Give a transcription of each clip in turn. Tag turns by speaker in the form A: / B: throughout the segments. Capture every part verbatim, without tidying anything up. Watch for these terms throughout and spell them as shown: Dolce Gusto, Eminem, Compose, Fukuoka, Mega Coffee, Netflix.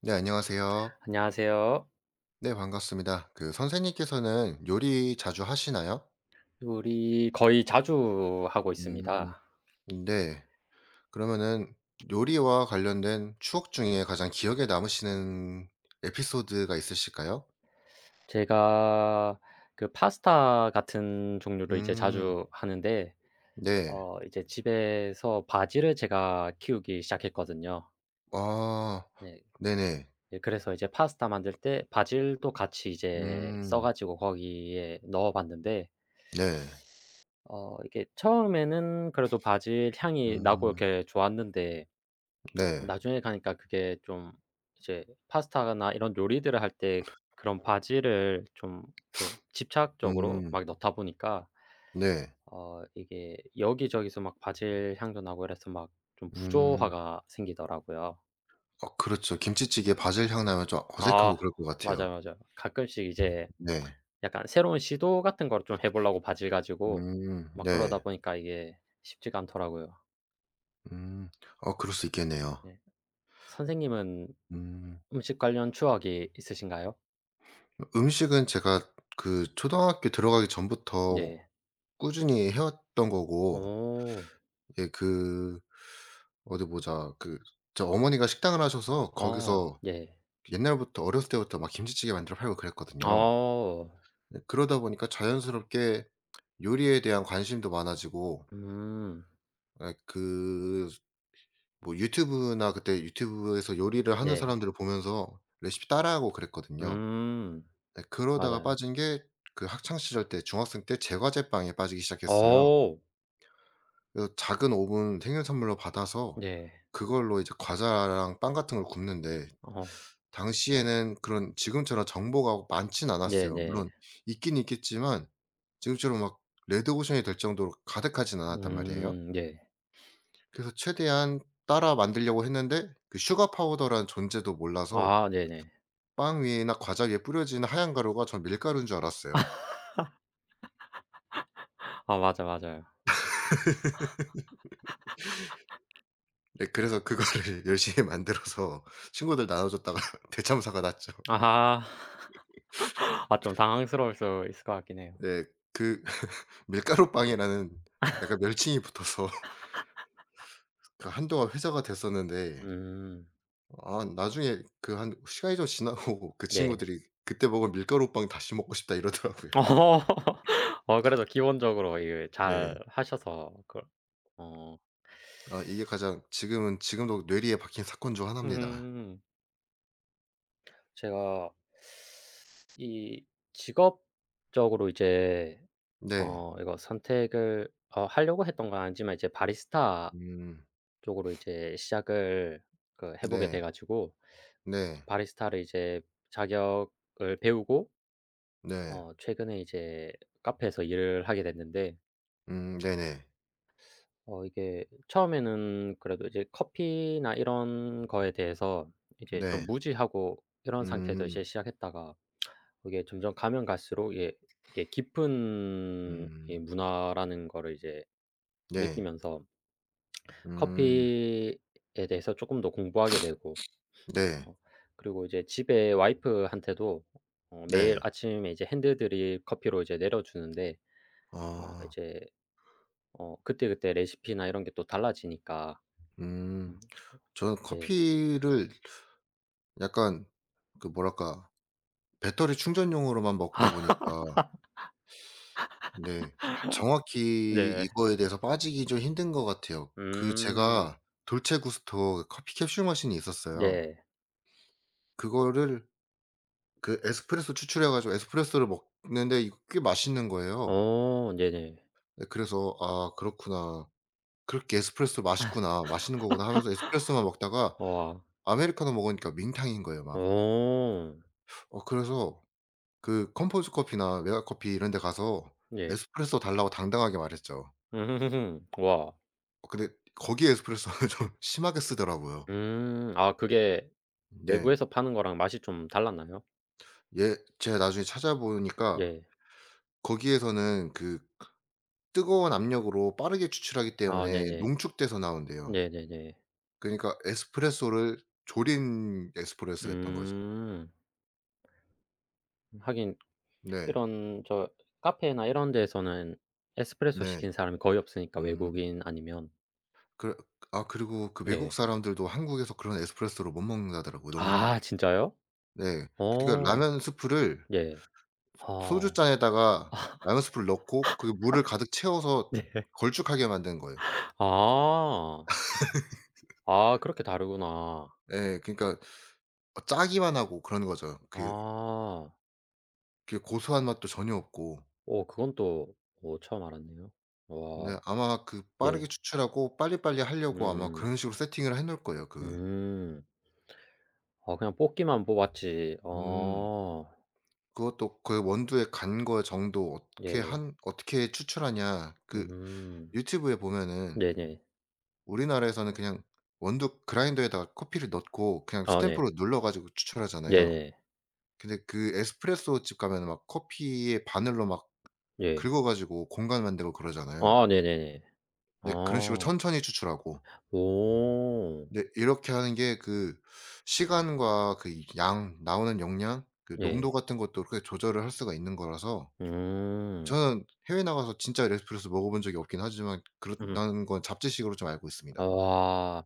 A: 네, 안녕하세요.
B: 안녕하세요.
A: 네, 반갑습니다. 그 선생님께서는 요리 자주 하시나요?
B: 우리 거의 자주 하고
A: 음.
B: 있습니다.
A: 네. 그러면은 요리와 관련된 추억 중에 가장 기억에 남으시는 에피소드가 있으실까요?
B: 제가 그 파스타 같은 종류를 이제
A: 음.
B: 자주 하는데
A: 네.
B: 어 이제 집에서 바질을 제가 키우기 시작했거든요.
A: 아.
B: 네.
A: 네네.
B: 예 그래서 이제 파스타 만들 때 바질도 같이 이제 싸
A: 음.
B: 가지고 거기에 넣어 봤는데
A: 네.
B: 어 이게 처음에는 그래도 바질 향이 나고
A: 음.
B: 이렇게 좋았는데
A: 네.
B: 나중에 가니까 그게 좀 이제 파스타나 이런 요리들을 할 때 그런 바지를 좀 이렇게 집착적으로
A: 음.
B: 막 넣다 보니까
A: 네.
B: 어 이게 여기저기서 막 바질 향도 나고 이래서 막 좀
A: 음.
B: 부조화가 생기더라고요.
A: 어 그렇죠. 김치찌개 바질 향 나면 좀
B: 아
A: 어색하고 그럴 것 같아요.
B: 맞아요, 맞아요. 가끔씩 이제
A: 네.
B: 약간 새로운 시도 같은 걸 좀 해 보려고 바질 가지고
A: 음.
B: 막
A: 네.
B: 그러다 보니까 이게 쉽지가 않더라고요.
A: 음. 어 그럴 수 있겠네요.
B: 네. 선생님은
A: 음.
B: 음식 관련 추억이 있으신가요?
A: 음식은 제가 그 초등학교 들어가기 전부터
B: 네.
A: 꾸준히 해 왔던 거고,
B: 어.
A: 예 그 어디 보자. 그 저 어머니가 식당을 하셔서
B: 어
A: 거기서
B: 네.
A: 옛날부터 어렸을 때부터 막 김치찌개 만들어 팔고 그랬거든요.
B: 어.
A: 예, 그러다 보니까 자연스럽게 요리에 대한 관심도 많아지고,
B: 음.
A: 예 그, 뭐 유튜브나 그때 유튜브에서 요리를 하는
B: 네.
A: 사람들을 보면서 레시피 따라하고 그랬거든요.
B: 음.
A: 네, 그러다가
B: 맞아요.
A: 빠진 게 그 학창 시절 때 중학생 때 제과제빵에 빠지기 시작했어요.
B: 어.
A: 그래서 작은 오븐 생일 선물로 받아서
B: 네.
A: 그걸로 이제 과자랑 빵 같은 걸 굽는데,
B: 어.
A: 당시에는 그런, 지금처럼 정보가 많진 않았어요.
B: 네네.
A: 물론 있긴 있겠지만 지금처럼 막 레드 오션이 될 정도로 가득하진 않았단 말이에요.
B: 음 네.
A: 그래서 최대한 따라 만들려고 했는데 그 슈가 파우더라는 존재도 몰라서
B: 아 네네.
A: 빵 위에나 과자 위에 뿌려지는 하얀 가루가 전 밀가루인 줄 알았어요.
B: 아 맞아, 맞아요.
A: 네 그래서 그거를 열심히 만들어서 친구들 나눠줬다가 대참사가 났죠.
B: 아하. 아 좀 당황스러울 수 있을 것 같긴 해요.
A: 네 그 밀가루빵이라는 약간 멸칭이 붙어서 그 한동안 회자가 됐었는데,
B: 음.
A: 아 나중에 그 한 시간이 좀 지나고 그
B: 네.
A: 친구들이 "그때 먹은 밀가루빵 다시 먹고 싶다." 이러더라고요.
B: 어. 어 그래도 기본적으로 이게 잘
A: 네.
B: 하셔서 그 어.
A: 아 이게 가장 지금은 지금도 뇌리에 박힌 사건 중 하나입니다.
B: 음. 제가 이 직업적으로 이제
A: 네.
B: 어 이거 선택을 어 하려고 했던 건 아니지만 이제 바리스타
A: 음.
B: 쪽으로 이제 시작을 그 해 보게 돼
A: 네.
B: 가지고
A: 네.
B: 바리스타를 이제 자격을 배우고
A: 네.
B: 어 최근에 이제 카페에서 일을 하게 됐는데
A: 음 네네.
B: 어 이게 처음에는 그래도 이제 커피나 이런 거에 대해서 이제
A: 네.
B: 좀
A: 네,
B: 무지하고 이런 상태에서
A: 음.
B: 이제 시작했다가 이게 점점 가면 갈수록 이게 이게 깊은 이
A: 음.
B: 문화라는 거를 이제
A: 네.
B: 느끼면서
A: 음.
B: 커피에 대해서 조금 더 공부하게 되고
A: 네.
B: 어 그리고 이제 집에 와이프한테도 어 매일
A: 네.
B: 아침에 이제 핸드 드립 커피로 이제 내려 주는데 어
A: 아.
B: 이제 어 그때그때 레시피나 이런 게 또 달라지니까
A: 음.
B: 음 어,
A: 저는
B: 네.
A: 커피를 약간 그 뭐랄까 배터리 충전용으로만 먹다
B: 아
A: 보니까, 네 정확히
B: 네.
A: 이거에 대해서 빠지기 좀 힘든 것 같아요. 그
B: 음.
A: 제가 돌체 구스토 커피 캡슐 머신이 있었어요.
B: 네.
A: 그거를 그 에스프레소 추출해 가지고 에스프레소를 먹는데 이거 꽤 맛있는 거예요.
B: 어 네네.
A: 네 그래서 '아 그렇구나. 그렇게 에스프레소 맛있구나. 맛있는 거구나.' 하면서 에스프레소만 먹다가
B: 와.
A: 아메리카노 먹으니까 맹탕인 거예요
B: 어
A: 막. 어 그래서 그 컴포즈 커피나 메가커피 이런 데 가서
B: 네.
A: 에스프레소 달라고 당당하게 말했죠.
B: 음. 와.
A: 어 근데 거기 에스프레소는 좀 심하게 쓰더라고요.
B: 음. 아 그게
A: 네.
B: 외부에서 파는 거랑 맛이 좀 달랐나요?
A: 예 제가 나중에 찾아보니까
B: 네.
A: 거기에서는 그 뜨거운 압력으로 빠르게 추출하기
B: 아
A: 때문에
B: 네네.
A: 농축돼서 나온대요.
B: 네네네.
A: 그러니까 에스프레소를 졸인 에스프레소였던 거죠.
B: 음. 하긴
A: 네.
B: 이런 저 카페나 이런 데에서는 에스프레소
A: 네.
B: 시키는 사람이 거의 없으니까
A: 음.
B: 외국인 아니면.
A: 그래 아 그리고 그 외국
B: 네.
A: 사람들도 한국에서 그런 에스프레소를 못 먹는다더라고요. 너무
B: 아 진짜요?
A: 네. 그러니까
B: 어.
A: 라면 스프를
B: 예. 아.
A: 소주잔에다가
B: 아
A: 라면 스프를 넣고 그 물을 가득 채워서
B: 네.
A: 걸쭉하게 만든 거예요.
B: 아. 아 그렇게 다르구나.
A: 예. 그러니까 어 짜기만 하고 그러는 거죠. 그
B: 아.
A: 그 고소한 맛도 전혀 없고.
B: 어 그건 또 어 처음 알았네요. 와.
A: 근데 아마 그 빠르게
B: 예.
A: 추출하고 빨리빨리 하려고 아마
B: 음음.
A: 그런 식으로 세팅을 해 놓을 거예요. 그
B: 음. 음. 아 그냥 뽑기만 뽑았지.
A: 음.
B: 어.
A: 그것도 그 원두의 간과 정도 어떻게
B: 예.
A: 한 어떻게 추출하냐. 그
B: 음.
A: 유튜브에 보면은
B: 네네.
A: 우리나라에서는 그냥 원두 그라인더에다가 커피를 넣고 그냥
B: 아 네.
A: 스탬프로 눌러 가지고 추출하잖아요.
B: 네네.
A: 근데 그 에스프레소 집 가면은 막 커피에 바늘로 막
B: 예.
A: 긁어 가지고 공간 만들고 그러잖아요.
B: 아 네네네.
A: 근데 그런 식으로
B: 아.
A: 천천히 추출하고.
B: 오.
A: 근데 이렇게 하는 게 그 시간과 그 양 나오는 용량 그
B: 예.
A: 농도 같은 것도 그렇게 조절을 할 수가 있는 거라서
B: 음.
A: 저는 해외 나가서 진짜 에스프레소 먹어 본 적이 없긴 하지만
B: 음.
A: 그렇다는 건 잡지식으로 좀 알고 있습니다.
B: 와.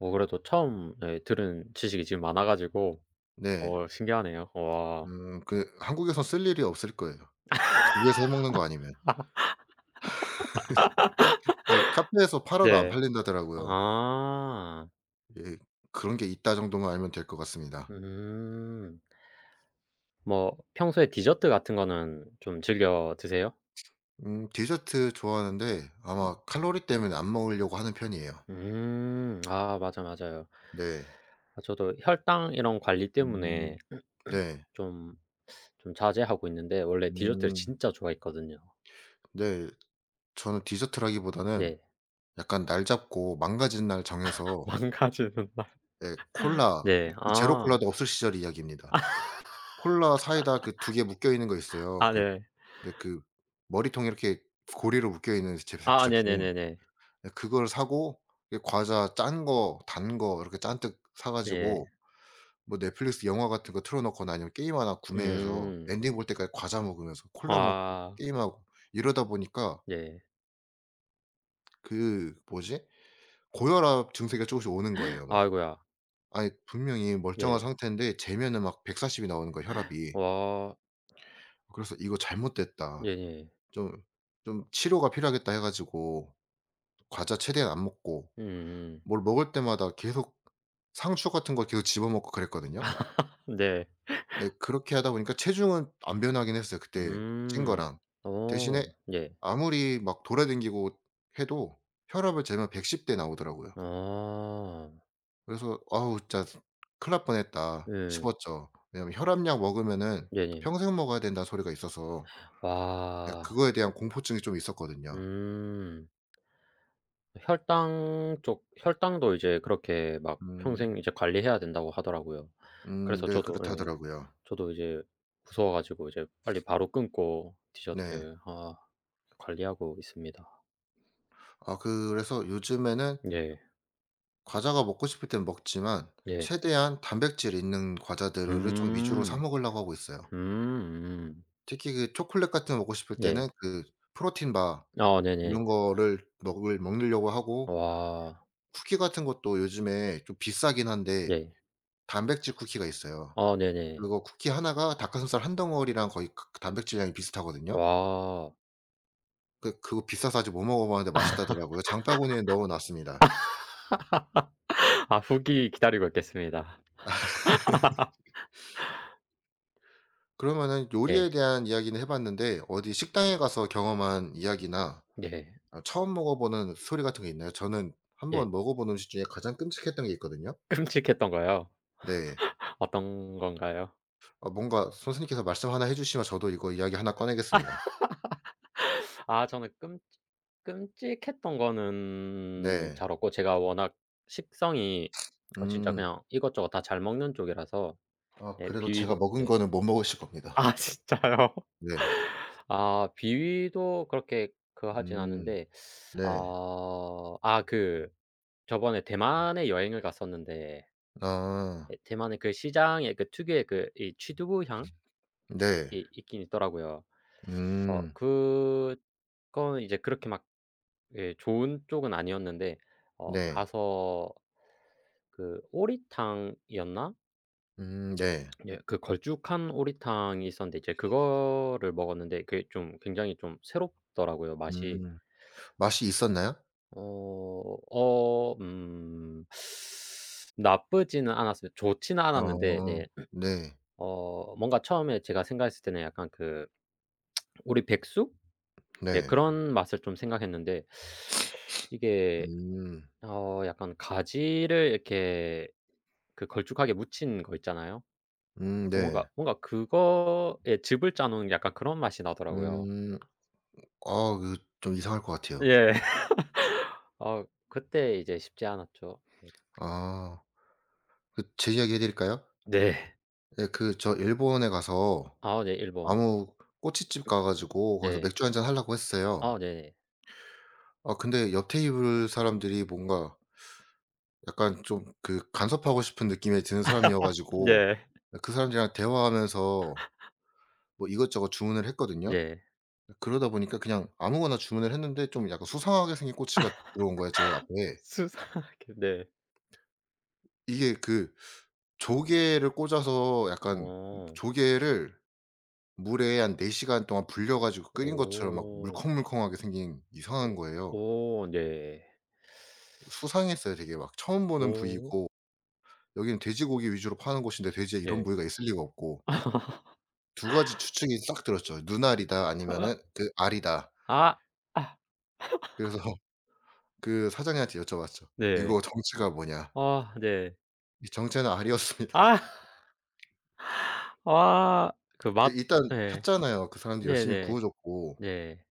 B: 어 그래도 처음 예 들은 지식이 지금 많아 가지고
A: 네.
B: 어 신기하네요. 와.
A: 음 그 한국에선 쓸 일이 없을 거예요. 집에서 해 먹는 거 아니면. 아니 카페에서 팔아도 안
B: 네.
A: 팔린다더라고요.
B: 아.
A: 예. 그런 게 있다 정도만 알면 될 것 같습니다.
B: 음. 뭐 평소에 디저트 같은 거는 좀 즐겨 드세요?
A: 음 디저트 좋아하는데 아마 칼로리 때문에 안 먹으려고 하는 편이에요.
B: 음. 아 맞아, 맞아요.
A: 네.
B: 아 저도 혈당 이런 관리 때문에
A: 음 네.
B: 좀 좀 자제하고 있는데 원래 디저트를
A: 음
B: 진짜 좋아했거든요.
A: 네. 저는 디저트라기보다는
B: 예.
A: 약간 날 잡고 망가진 날 정해서,
B: 망가지는 날.
A: 예 콜라,
B: 네.
A: 그 제로
B: 아.
A: 콜라도 없을 시절 이야기입니다. 콜라 사이다 그 두 개 묶여 있는 거 있어요.
B: 아
A: 그
B: 네.
A: 네 그 머리통에 이렇게 고리로 묶여 있는 제
B: 아
A: 제품.
B: 네네네네.
A: 예 그걸 사고, 예 과자 짠 거 단 거 이렇게 잔뜩 사
B: 네.
A: 가지고 뭐 넷플릭스 영화 같은 거 틀어 놓거나 아니면 게임 하나 구매해서
B: 음.
A: 엔딩 볼 때까지 과자 먹으면서 콜라 먹고
B: 아.
A: 게임하고 이러다 보니까
B: 네.
A: 그 뭐지? 고혈압 증세가 쪼금씩 오는 거예요 막.
B: 아이고야.
A: 아니 분명히 멀쩡한
B: 네.
A: 상태인데 재면은 막 백사십이 나오는 거야 혈압이.
B: 와.
A: 그래서 '이거 잘못됐다.
B: 네네.
A: 좀 좀 치료가 필요하겠다.' 해 가지고 과자 최대한 안 먹고
B: 음음.
A: 뭘 먹을 때마다 계속 상추 같은 걸 계속 집어 먹고 그랬거든요.
B: 네.
A: 예 그렇게 하다 보니까 체중은 안 변하긴 했어요 그때 찐
B: 음.
A: 거랑. 대신에
B: 어. 네.
A: 아무리 막 돌아다니고 해도 혈압을 재면 백십 대 나오더라고요.
B: 아.
A: 그래서 '아우 진짜 큰일 날 뻔했다.'
B: 음.
A: 싶었죠. 왜냐하면 혈압약 먹으면은
B: 네네.
A: 평생 먹어야 된다는 소리가 있어서 예
B: 와.
A: 그거에 대한 공포증이 좀 있었거든요.
B: 음. 혈당 쪽 혈당도 이제 그렇게 막
A: 음.
B: 평생 이제 관리해야 된다고 하더라고요.
A: 음
B: 그래서
A: 네
B: 저도 예.
A: 그렇다더라고요.
B: 저도 이제 무서워 가지고 이제 빨리 바로 끊고
A: 네.
B: 디저트 아 관리하고 있습니다.
A: 아 그래서 요즘에는
B: 예.
A: 과자가 먹고 싶을 땐 먹지만
B: 예.
A: 최대한 단백질 있는 과자들을 좀 위주로 사
B: 음.
A: 먹으려고 하고 있어요.
B: 음
A: 특히 그 초콜릿 같은 거 먹고 싶을
B: 네.
A: 때는 그 프로틴 바
B: 아 네네.
A: 이런 거를 먹을 먹으려고 하고,
B: 와.
A: 쿠키 같은 것도 요즘에 좀 비싸긴 한데
B: 네.
A: 단백질 쿠키가 있어요.
B: 아 네네.
A: 그거 쿠키 하나가 닭가슴살 한 덩어리랑 거의 그 그 단백질량이 비슷하거든요.
B: 와.
A: 그 그거 비싸서 아직 못 먹어 봤는데 맛있다더라고요. 장바구니에 넣어 놨습니다.
B: 아 후기 기다리고 있겠습니다.
A: 그러면은
B: 예.
A: 요리에 대한 이야기는 해 봤는데 어디 식당에 가서 경험한 이야기나
B: 예.
A: 아 처음 먹어보는 스토리 같은 게 있나요? 저는 한
B: 예.
A: 번 먹어본 음식 중에 가장 끔찍했던 게 있거든요.
B: 끔찍했던 거요?
A: 네.
B: 어떤 건가요?
A: 어 뭔가 선생님께서 말씀 하나 해 주시면 저도 이거 이야기 하나 꺼내겠습니다.
B: 아 저는 끔 끔찍했던 거는
A: 네.
B: 잘 없고 제가 워낙 식성이 어 진짜
A: 음.
B: 그냥 이것저것 다 잘 먹는 쪽이라서
A: 아
B: 예
A: 그래도 제가
B: 비위도
A: 먹은
B: 예.
A: 거는 못 먹으실 겁니다.
B: 아 진짜요?
A: 네.
B: 아 비위도 그렇게 그 하진
A: 음.
B: 않는데
A: 네.
B: 아 아 그 저번에 대만에 여행을 갔었는데
A: 아.
B: 예 대만의 그 시장에 그 특유의 그 이 취두부 향이
A: 네.
B: 있긴 있더라고요. 어
A: 음.
B: 그건 이제 그렇게 막 예 좋은 쪽은 아니었는데 어
A: 네.
B: 가서 그 오리탕이었나?
A: 음 네.
B: 예 그 걸쭉한 오리탕이 있었는데 이제 그거를 먹었는데 그게 좀 굉장히 좀 새롭더라고요 맛이.
A: 음. 맛이 있었나요?
B: 어 어 음 나쁘지는 않았어요. 좋지는 않았는데
A: 어.
B: 네
A: 네.
B: 어 뭔가 처음에 제가 생각했을 때는 약간 그 우리 백숙? 예
A: 네.
B: 그런 맛을 좀 생각했는데 이게
A: 음.
B: 어 약간 가지를 이렇게 그 걸쭉하게 묻힌 거 있잖아요.
A: 음
B: 어
A: 네.
B: 뭔가 뭔가 그거에 즙을 짜 놓은 약간 그런 맛이 나더라고요.
A: 음. 아 그 좀 이상할 것 같아요.
B: 예. 어 그때 이제 쉽지 않았죠.
A: 아. 그 제 이야기 해 드릴까요?
B: 네.
A: 예 그 저 일본에 가서
B: 아 네 일본.
A: 아무 꼬치집 가 가지고 거기서
B: 네.
A: 맥주 한잔 하려고 했어요.
B: 아 네네.
A: 아 근데 옆 테이블 사람들이 뭔가 약간 좀 그 간섭하고 싶은 느낌이 드는 사람이어 가지고
B: 네.
A: 그 사람들이랑 대화하면서 뭐 이것저것 주문을 했거든요.
B: 네.
A: 그러다 보니까 그냥 아무거나 주문을 했는데 좀 약간 수상하게 생긴 꼬치가 들어온 거예요, 제 앞에.
B: 수상하게 네.
A: 이게 그 조개를 꽂아서 약간
B: 어.
A: 조개를 물에 한 4 시간 동안 불려 가지고 끓인 것처럼 막
B: 오.
A: 물컹물컹하게 생긴 이상한
B: 오
A: 거예요.
B: 오 네.
A: 수상했어요 되게. 막 처음 보는
B: 오
A: 부위고, 여기는 돼지고기 위주로 파는 곳인데 돼지에 이런
B: 네
A: 부위가 있을 리가 없고, 두 가지 추측이 싹 들었죠. "눈알이다." 아니면은 그 "알이다."
B: 아. 아.
A: 그래서 그 사장님한테 여쭤봤죠.
B: 네.
A: "이거 정체가 뭐냐?"
B: 아 네.
A: 이 정체는 알이었습니다.
B: 아. 아 그
A: 예
B: 맛
A: 일단
B: 예.
A: 샀잖아요. 그 사람들이 열심히
B: 네네.
A: 구워 줬고.
B: 네.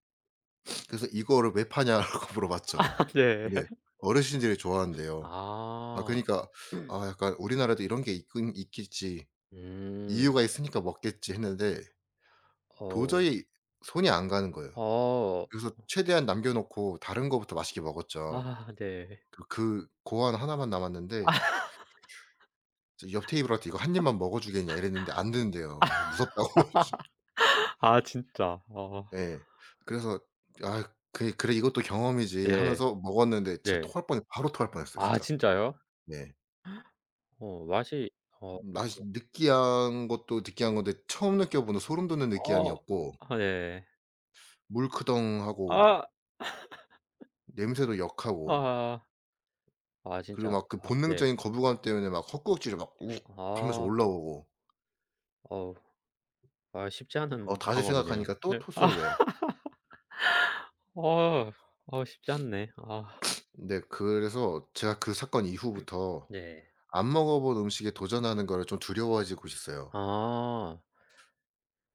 A: 그래서 "이거를 왜 파냐?"라고 물어봤죠.
B: 네.
A: 근데 어르신들이 좋아한대요. 아
B: 아.
A: 그니까 '아 약간 우리나라도 이런 게 있긴 있겠지.
B: 음.
A: 이유가 있으니까 먹겠지.' 했는데
B: 어.
A: 도저히 손이 안 가는 거예요.
B: 어.
A: 그래서 최대한 남겨 놓고 다른 거부터 맛있게 먹었죠.
B: 아 네.
A: 그 그 고안 하나만 남았는데 이제 옆 테이블한테 "이거 한 입만 먹어 주겠냐." 이랬는데 안 된대요, 무섭다고.
B: 아 진짜. 어.
A: 예. 그래서 '아 그래 그래 이것도 경험이지.'
B: 네.
A: 하면서 먹었는데 진짜
B: 네.
A: 토할 뻔했 바로 토할 뻔했어요
B: 아
A: 진짜.
B: 진짜요?
A: 네.
B: 어 맛이 어
A: 맛이 느끼한 것도 느끼한 건데 처음 느껴보는 소름 돋는
B: 어
A: 느끼함이었고,
B: 아 네.
A: 물크덩하고
B: 아
A: 냄새도 역하고
B: 아. 아
A: 그리고
B: 진짜
A: 막 그
B: 아 네.
A: 본능적인 거부감 때문에 막 헛구역질이 막 "욱." 하면서
B: 아
A: 올라오고
B: 어우 아 쉽지
A: 어
B: 않은
A: 다시
B: 경험이네요.
A: 생각하니까 또
B: 네. 아
A: 토설려요.
B: 어. 어 쉽지 않네. 아
A: 근데 그래서 제가 그 사건 이후부터
B: 네.
A: 안 먹어 본 음식에 도전하는 거를 좀 두려워지고 있어요.
B: 아.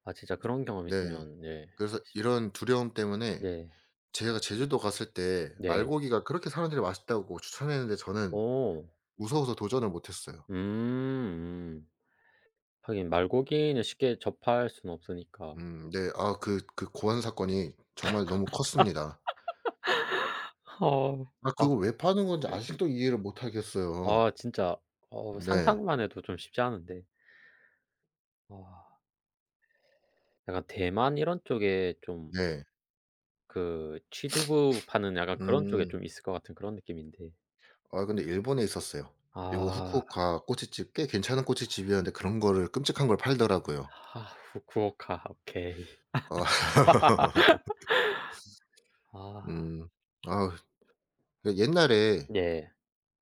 B: 아 진짜 그런 경험
A: 네.
B: 있으면 네.
A: 그래서 이런 두려움 때문에
B: 네.
A: 제가 제주도 갔을 때
B: 네.
A: 말고기가 그렇게 사람들이 맛있다고 추천했는데 저는
B: 어.
A: 무서워서 도전을 못 했어요.
B: 음. 하긴 말고기는 쉽게 접할 수는 없으니까.
A: 음 네. 아 그 그 고안 사건이 정말 너무 컸습니다.
B: 어.
A: 아
B: 아
A: 그거 왜 파는 건지 아직도 이해를 못 하겠어요.
B: 아 진짜 어
A: 네.
B: 상상만 해도 좀 쉽지 않은데. 와 약간 대만 이런 쪽에 좀
A: 네.
B: 그 취두부 파는 약간 그런 쪽에
A: 음.
B: 좀 있을 것 같은 그런 느낌인데.
A: 아 근데 일본에 있었어요. 일본
B: 아.
A: 후쿠오카 꼬치집 꽤 괜찮은 꼬치집이었는데 그런 거를, 끔찍한 걸 팔더라고요.
B: 아 후쿠오카. 오케이.
A: 아.
B: 아
A: 음. 아우 그 옛날에
B: 예.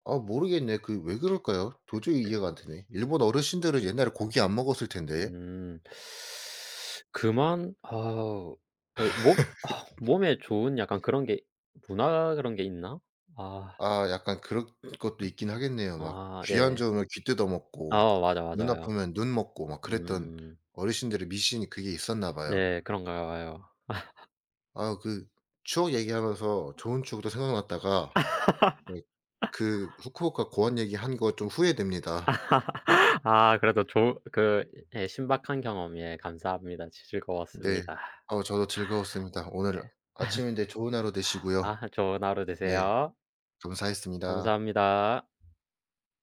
A: 아 모르겠네. 그 왜 그럴까요? 도저히 이해가 안 되네. 일본 어르신들은 옛날에 고기 안 먹었을 텐데.
B: 음. 그만 아 네 몸 아 몸에 좋은 약간 그런 게 문화 그런 게 있나? 아.
A: 아 약간 그런 것도 있긴 하겠네요. 막
B: 아
A: 귀 안
B: 예.
A: 좋으면 귀 뜯어 먹고
B: 아 맞아,
A: 눈
B: 맞아요.
A: 아프면 눈 먹고 막 그랬던
B: 음.
A: 어르신들의 미신이 그게 있었나 봐요.
B: 네 그런가 봐요.
A: 아 그 추억 얘기하면서 좋은 추억도 생각났다가 네 그 후쿠오카 고원 얘기한 거 좀 후회됩니다.
B: 아 그래도 좋은 그 예 신박한 경험 예 감사합니다.
A: 네.
B: 즐거웠습니다.
A: 어 저도 즐거웠습니다. 오늘
B: 예.
A: 아침인데 좋은 하루 되시고요.
B: 아 좋은 하루
A: 네.
B: 되세요.
A: 감사했습니다.
B: 감사합니다.